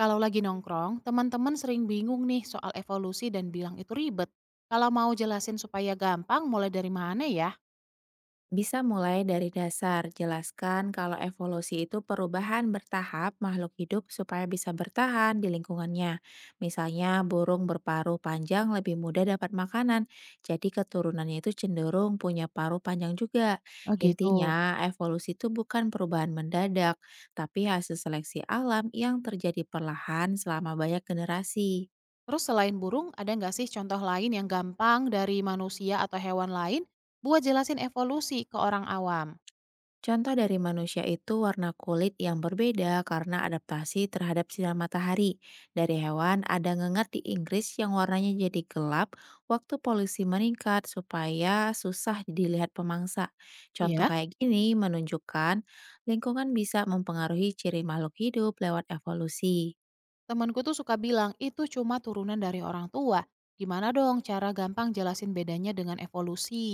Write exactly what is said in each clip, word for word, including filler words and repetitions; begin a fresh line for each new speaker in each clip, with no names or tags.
Kalau lagi nongkrong, teman-teman sering bingung nih soal evolusi dan bilang itu ribet. Kalau mau jelasin supaya gampang, mulai dari mana ya?
Bisa mulai dari dasar, jelaskan kalau evolusi itu perubahan bertahap makhluk hidup supaya bisa bertahan di lingkungannya. Misalnya, burung berparuh panjang lebih mudah dapat makanan, jadi keturunannya itu cenderung punya paruh panjang juga.
Oh gitu.
Intinya, evolusi itu bukan perubahan mendadak, tapi hasil seleksi alam yang terjadi perlahan selama banyak generasi.
Terus selain burung, ada nggak sih contoh lain yang gampang dari manusia atau hewan lain buat jelasin evolusi ke orang awam?
Contoh dari manusia itu warna kulit yang berbeda karena adaptasi terhadap sinar matahari. Dari hewan, ada ngengat di Inggris yang warnanya jadi gelap waktu polusi meningkat supaya susah dilihat pemangsa. Contoh
Iya.
kayak gini menunjukkan lingkungan bisa mempengaruhi ciri makhluk hidup lewat evolusi.
Temanku tuh suka bilang, itu cuma turunan dari orang tua. Gimana dong cara gampang jelasin bedanya dengan evolusi?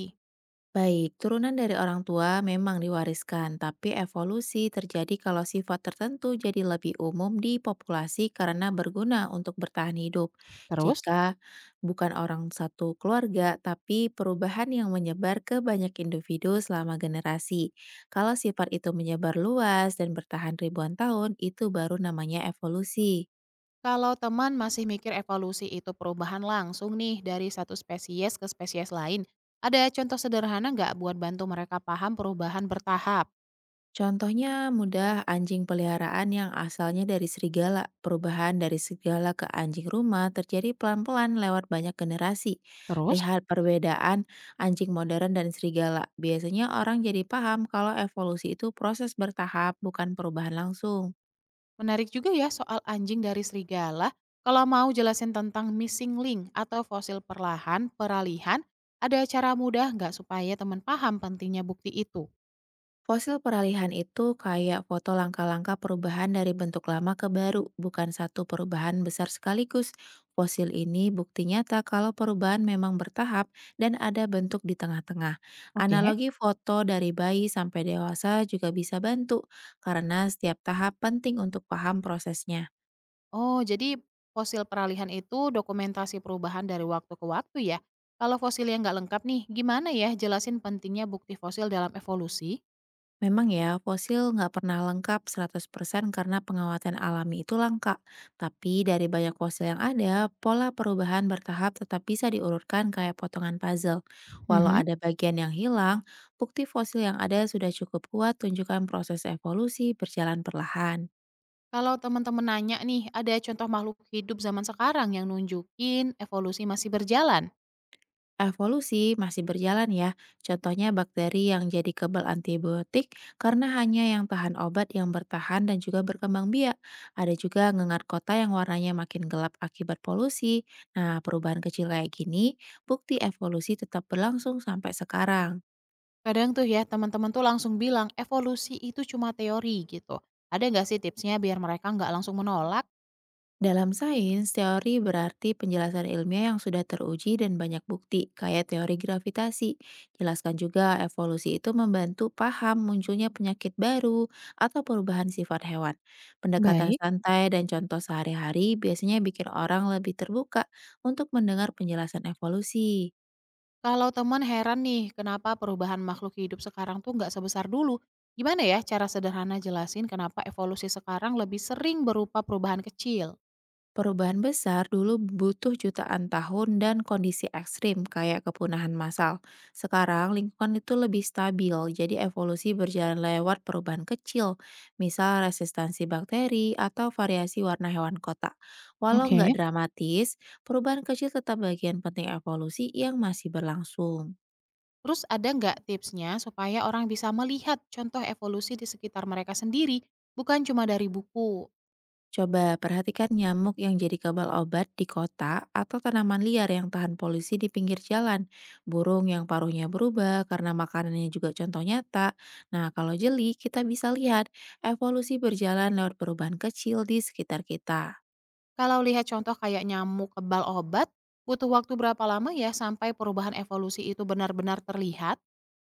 Baik, turunan dari orang tua memang diwariskan, tapi evolusi terjadi kalau sifat tertentu jadi lebih umum di populasi karena berguna untuk bertahan hidup.
Terus?
Jika bukan orang satu keluarga, tapi perubahan yang menyebar ke banyak individu selama generasi. Kalau sifat itu menyebar luas dan bertahan ribuan tahun, itu baru namanya evolusi.
Kalau teman masih mikir evolusi itu perubahan langsung nih dari satu spesies ke spesies lain, ada contoh sederhana nggak buat bantu mereka paham perubahan bertahap?
Contohnya mudah, anjing peliharaan yang asalnya dari serigala. Perubahan dari serigala ke anjing rumah terjadi pelan-pelan lewat banyak generasi.
Terus,
Lihat perbedaan anjing modern dan serigala. Biasanya orang jadi paham kalau evolusi itu proses bertahap, bukan perubahan langsung.
menarik juga ya soal anjing dari serigala. Kalau mau jelasin tentang missing link atau fosil perlahan, peralihan, ada cara mudah nggak supaya teman paham pentingnya bukti itu?
Fosil peralihan itu kayak foto langkah-langkah perubahan dari bentuk lama ke baru, bukan satu perubahan besar sekaligus. Fosil ini bukti nyata kalau perubahan memang bertahap dan ada bentuk di tengah-tengah.
Oke.
Analogi foto dari bayi sampai dewasa juga bisa bantu, karena setiap tahap penting untuk paham prosesnya.
Oh, jadi fosil peralihan itu dokumentasi perubahan dari waktu ke waktu ya? Kalau fosilnya nggak lengkap nih, gimana ya jelasin pentingnya bukti fosil dalam evolusi?
Memang ya, fosil nggak pernah lengkap seratus persen karena pengawatan alami itu langka. Tapi dari banyak fosil yang ada, pola perubahan bertahap tetap bisa diurutkan kayak potongan puzzle. Walau
Mhm.
ada bagian yang hilang, bukti fosil yang ada sudah cukup kuat tunjukkan proses evolusi berjalan perlahan.
Kalau teman-teman nanya nih, ada contoh makhluk hidup zaman sekarang yang nunjukin evolusi masih berjalan?
Evolusi masih berjalan ya, contohnya bakteri yang jadi kebal antibiotik karena hanya yang tahan obat yang bertahan dan juga berkembang biak. Ada juga ngengat kota yang warnanya makin gelap akibat polusi. Nah, perubahan kecil kayak gini, bukti evolusi tetap berlangsung sampai sekarang.
Kadang tuh ya teman-teman tuh langsung bilang evolusi itu cuma teori gitu. Ada nggak sih tipsnya biar mereka nggak langsung menolak?
Dalam sains, teori berarti penjelasan ilmiah yang sudah teruji dan banyak bukti, kayak teori gravitasi. Jelaskan juga evolusi itu membantu paham munculnya penyakit baru atau perubahan sifat hewan. Pendekatan
Baik.
santai dan contoh sehari-hari biasanya bikin orang lebih terbuka untuk mendengar penjelasan evolusi.
Kalau teman heran nih, kenapa perubahan makhluk hidup sekarang tuh nggak sebesar dulu? Gimana ya cara sederhana jelasin kenapa evolusi sekarang lebih sering berupa perubahan kecil?
Perubahan besar dulu butuh jutaan tahun dan kondisi ekstrim kayak kepunahan massal. Sekarang lingkungan itu lebih stabil, jadi evolusi berjalan lewat perubahan kecil, misal resistansi bakteri atau variasi warna hewan kota. Walau
Oke.
nggak dramatis, perubahan kecil tetap bagian penting evolusi yang masih berlangsung.
Terus ada nggak tipsnya supaya orang bisa melihat contoh evolusi di sekitar mereka sendiri, bukan cuma dari buku?
Coba perhatikan nyamuk yang jadi kebal obat di kota atau tanaman liar yang tahan polusi di pinggir jalan. Burung yang paruhnya berubah karena makanannya juga contoh nyata. Nah, kalau jeli, kita bisa lihat evolusi berjalan lewat perubahan kecil di sekitar kita.
Kalau lihat contoh kayak nyamuk kebal obat, butuh waktu berapa lama ya sampai perubahan evolusi itu benar-benar terlihat?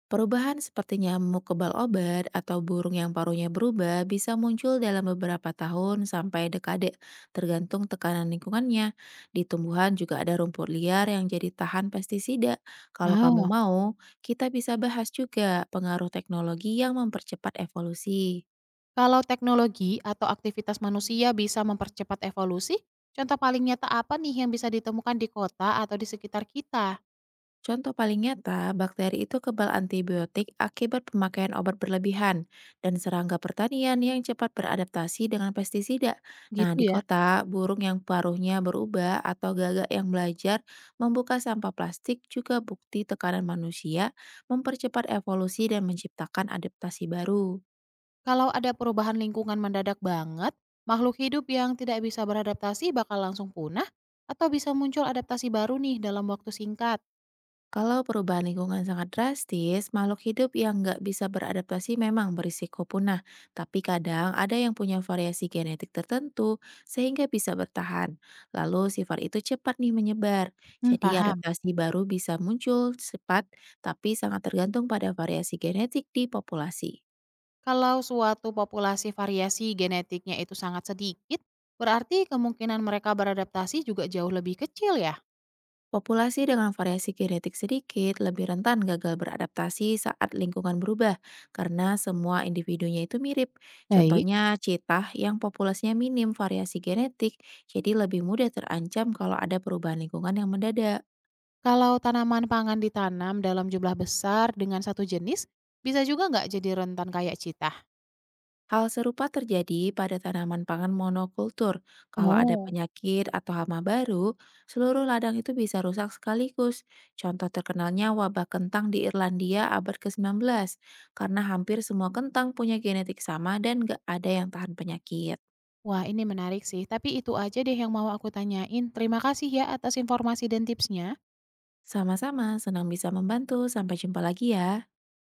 Perubahan seperti nyamuk kebal obat atau burung yang paruhnya berubah bisa muncul dalam beberapa tahun sampai dekade, tergantung tekanan lingkungannya. Di tumbuhan juga ada rumput liar yang jadi tahan pestisida. Kalau
Ah.
kamu mau, kita bisa bahas juga pengaruh teknologi yang mempercepat evolusi.
Kalau teknologi atau aktivitas manusia bisa mempercepat evolusi, contoh paling nyata apa nih yang bisa ditemukan di kota atau di sekitar kita?
Contoh paling nyata, bakteri itu kebal antibiotik akibat pemakaian obat berlebihan dan serangga pertanian yang cepat beradaptasi dengan pestisida.
Gitu
Nah, di
ya.
kota, burung yang paruhnya berubah atau gagak yang belajar membuka sampah plastik juga bukti tekanan manusia mempercepat evolusi dan menciptakan adaptasi baru.
Kalau ada perubahan lingkungan mendadak banget, makhluk hidup yang tidak bisa beradaptasi bakal langsung punah atau bisa muncul adaptasi baru nih dalam waktu singkat.
Kalau perubahan lingkungan sangat drastis, makhluk hidup yang nggak bisa beradaptasi memang berisiko punah. Tapi kadang ada yang punya variasi genetik tertentu sehingga bisa bertahan. Lalu sifat itu cepat nih menyebar.
Hmm,
Jadi
paham.
adaptasi baru bisa muncul cepat, tapi sangat tergantung pada variasi genetik di populasi.
Kalau suatu populasi variasi genetiknya itu sangat sedikit, berarti kemungkinan mereka beradaptasi juga jauh lebih kecil ya.
Populasi dengan variasi genetik sedikit lebih rentan gagal beradaptasi saat lingkungan berubah karena semua individunya itu mirip.
Baik.
Contohnya cetah yang populasinya minim variasi genetik jadi lebih mudah terancam kalau ada perubahan lingkungan yang mendadak.
Kalau tanaman pangan ditanam dalam jumlah besar dengan satu jenis, bisa juga nggak jadi rentan kayak citah?
Hal serupa terjadi pada tanaman pangan monokultur. Kalau ada
Oh.
penyakit atau hama baru, seluruh ladang itu bisa rusak sekaligus. Contoh terkenalnya wabah kentang di Irlandia abad kesembilan belas, karena hampir semua kentang punya genetik sama dan gak ada yang tahan penyakit.
Wah, ini menarik sih. Tapi itu aja deh yang mau aku tanyain. Terima kasih ya atas informasi dan tipsnya.
Sama-sama, senang bisa membantu. Sampai jumpa lagi ya.